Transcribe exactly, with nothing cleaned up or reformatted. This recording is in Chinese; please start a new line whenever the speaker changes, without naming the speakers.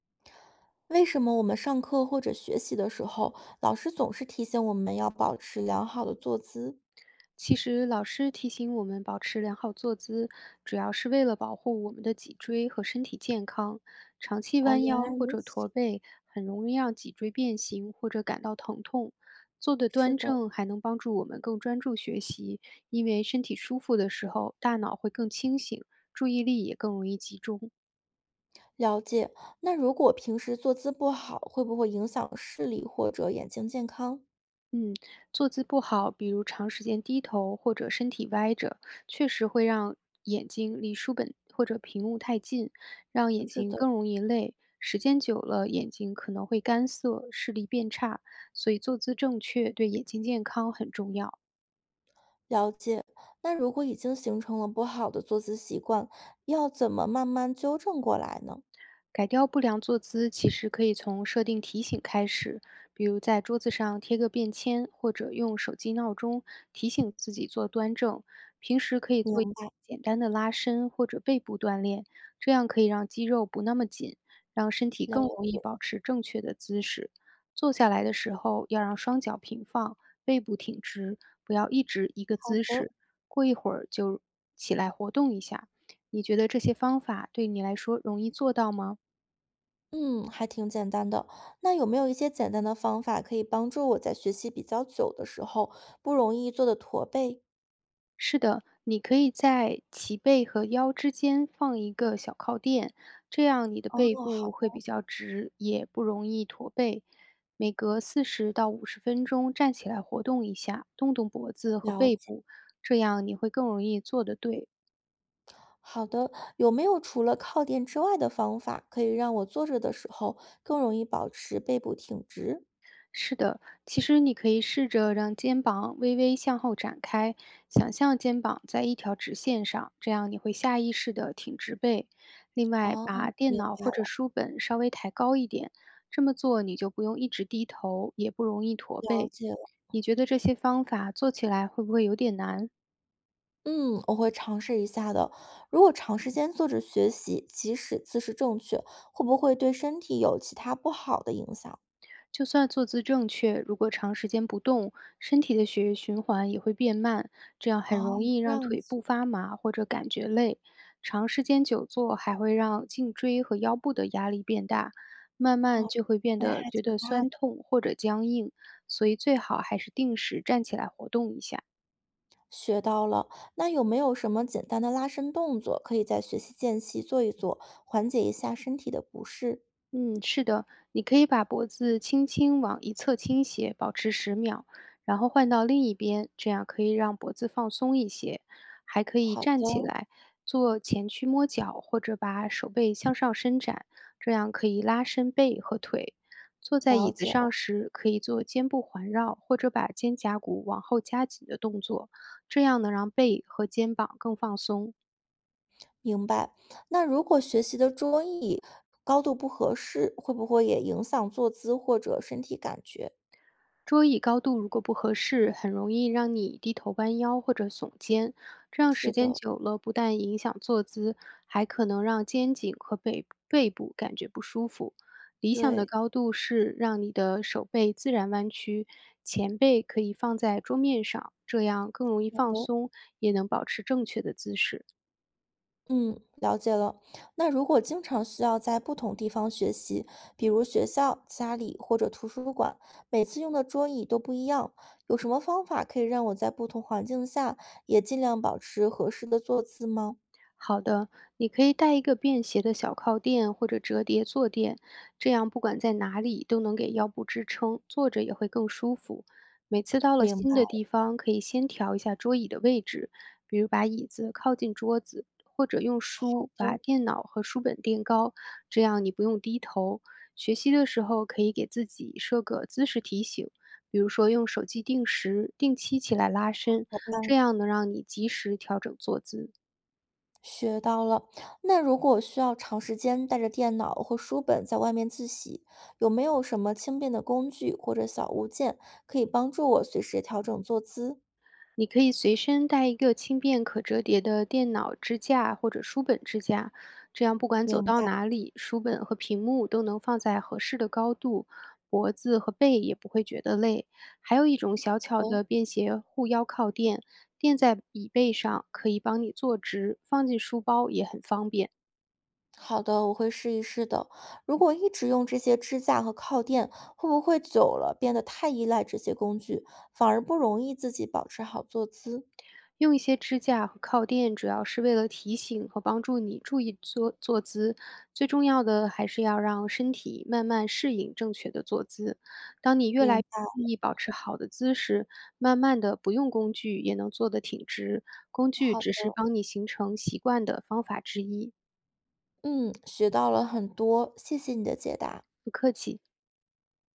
为什么我们上课或者学习的时候，老师总是提醒我们要保持良好的坐姿？
其实老师提醒我们保持良好坐姿，主要是为了保护我们的脊椎和身体健康。长期
哦，
弯
原来
腰或
如
者驼
此，
背，很容易让脊椎变形或者感到疼痛。坐得
是
端
的，
正还能帮助我们更专注学习，因为身体舒服的时候，大脑会更清醒，注意力也更容易集中。
了解。那如果平时坐姿不好，会不会影响视力或者眼睛健康？
嗯，坐姿不好，比如长时间低头或者身体歪着，确实会让眼睛离书本或者屏幕太近，让眼
是
睛
的，
更容易累。时间久了，眼睛可能会干涩，视力变差，所以坐姿正确对眼睛健康很重要。
了解。那如果已经形成了不好的坐姿习惯，要怎么慢慢纠正过来呢？
改掉不良坐姿，其实可以从设定提醒开始，比如在桌子上贴个便签，或者用手机闹钟提醒自己坐端正。平时可以做
明
简单的拉伸或者背部锻炼，这样可以让肌肉不那么紧，让身体
白
更容易
了，
保持正确的姿势。坐下来的时候要让双脚平放，背部挺直，不要一直一个
好
姿
的。
势。过一会儿就起来活动一下。你觉得这些方法对你来说容易做到吗？
嗯，还挺简单的。那有没有一些简单的方法可以帮助我在学习比较久的时候不容易做的驼背？
是的，你可以在脊背和腰之间放一个小靠垫，这样你的
哦，
背
好
部
的，
会比较直，也不容易驼背。每隔四十到五十分钟站起来活动一下，动动脖子和
了
背
解。
部，这样你会更容易做得对。
好的，有没有除了靠垫之外的方法，可以让我坐着的时候更容易保持背部挺直？
是的，其实你可以试着让肩膀微微向后展开，想象肩膀在一条直线上，这样你会下意识的挺直背。另外，
哦，
把
明
电脑
白
或者
了，
书本稍微抬高一点，这么做你就不用一直低头，也不容易驼
了
背。
解了。
你觉得这些方法做起来会不会有点难？
嗯，我会尝试一下的。如果长时间坐着学习，即使姿势正确，会不会对身体有其他不好的影响？
就算坐姿正确，如果长时间不动，身体的血液循环也会变慢，这样
哦，
很容易
这
让
样
腿部
子，
发麻或者感觉累。长时间久坐还会让颈椎和腰部的压力变大，慢慢
哦，
就会变
那
得
还
觉
挺
得
大
酸
的。
痛或者僵硬，所以最好还是定时站起来活动一下。
学到了，那有没有什么简单的拉伸动作，可以在学习间隙做一做，缓解一下身体的不适？
嗯，是的，你可以把脖子轻轻往一侧倾斜，保持十秒，然后换到另一边，这样可以让脖子放松一些。还可以
好
站起
的，
来，做前屈摸脚，或者把手背向上伸展，这样可以拉伸背和腿。坐在椅
了
子
解
上
了，
时，可以做肩部环绕，或者把肩胛骨往后夹紧的动作，这样能让背和肩膀更放松。
明白。那如果学习的桌椅高度不合适，会不会也影响坐姿或者身体感觉？
桌椅高度如果不合适，很容易让你低头弯腰或者耸肩，这样
是
时间
的，
久了，不但影响坐姿，还可能让肩颈和背背部感觉不舒服。理想的
对，
高度是让你的手背自然弯曲，前背可以放在桌面上，这样更容易
好
放
的。
松，也能保持正确的姿势。
嗯，了解了。那如果经常需要在不同地方学习，比如学校、家里或者图书馆，每次用的桌椅都不一样，有什么方法可以让我在不同环境下也尽量保持合适的坐姿吗？
好的，你可以带一个便携的小靠垫或者折叠坐垫，这样不管在哪里都能给腰部支撑，坐着也会更舒服。每次到了
明
新
白
的地方，可以先调一下桌椅的位置，比如把椅子靠近桌子，或者用书把
的，
电脑和书本垫高，这样你不用低头。学习的时候可以给自己设个姿势提醒，比如说用手机定时、定期起来拉伸，
我办
这样能让你及时调整坐姿。
学到了。那如果需要长时间带着电脑或书本在外面自习，有没有什么轻便的工具或者小物件可以帮助我随时调整坐姿？
你可以随身带一个轻便可折叠的电脑支架或者书本支架，这样不管
明
走到
白
哪里，书本和屏幕都能放在合适的高度，脖子和背也不会觉得累。还有一种小巧的便携护腰靠垫，垫在椅背上，可以帮你坐直，放进书包也很方便。
好的，我会试一试的。如果一直用这些支架和靠垫，会不会久了变得太依赖这些工具，反而不容易自己保持好坐姿？
用一些支架和靠垫，主要是为了提醒和帮助你注意坐坐姿。最重要的还是要让身体慢慢适应正确的坐姿。当你越
明
来越
白，
注意保持好的姿势，慢慢的不用工具也能坐得挺直。工具
好
只是
的，
帮你形成习惯的方法之一。
嗯，学到了很多，谢谢你的解答。
不客气。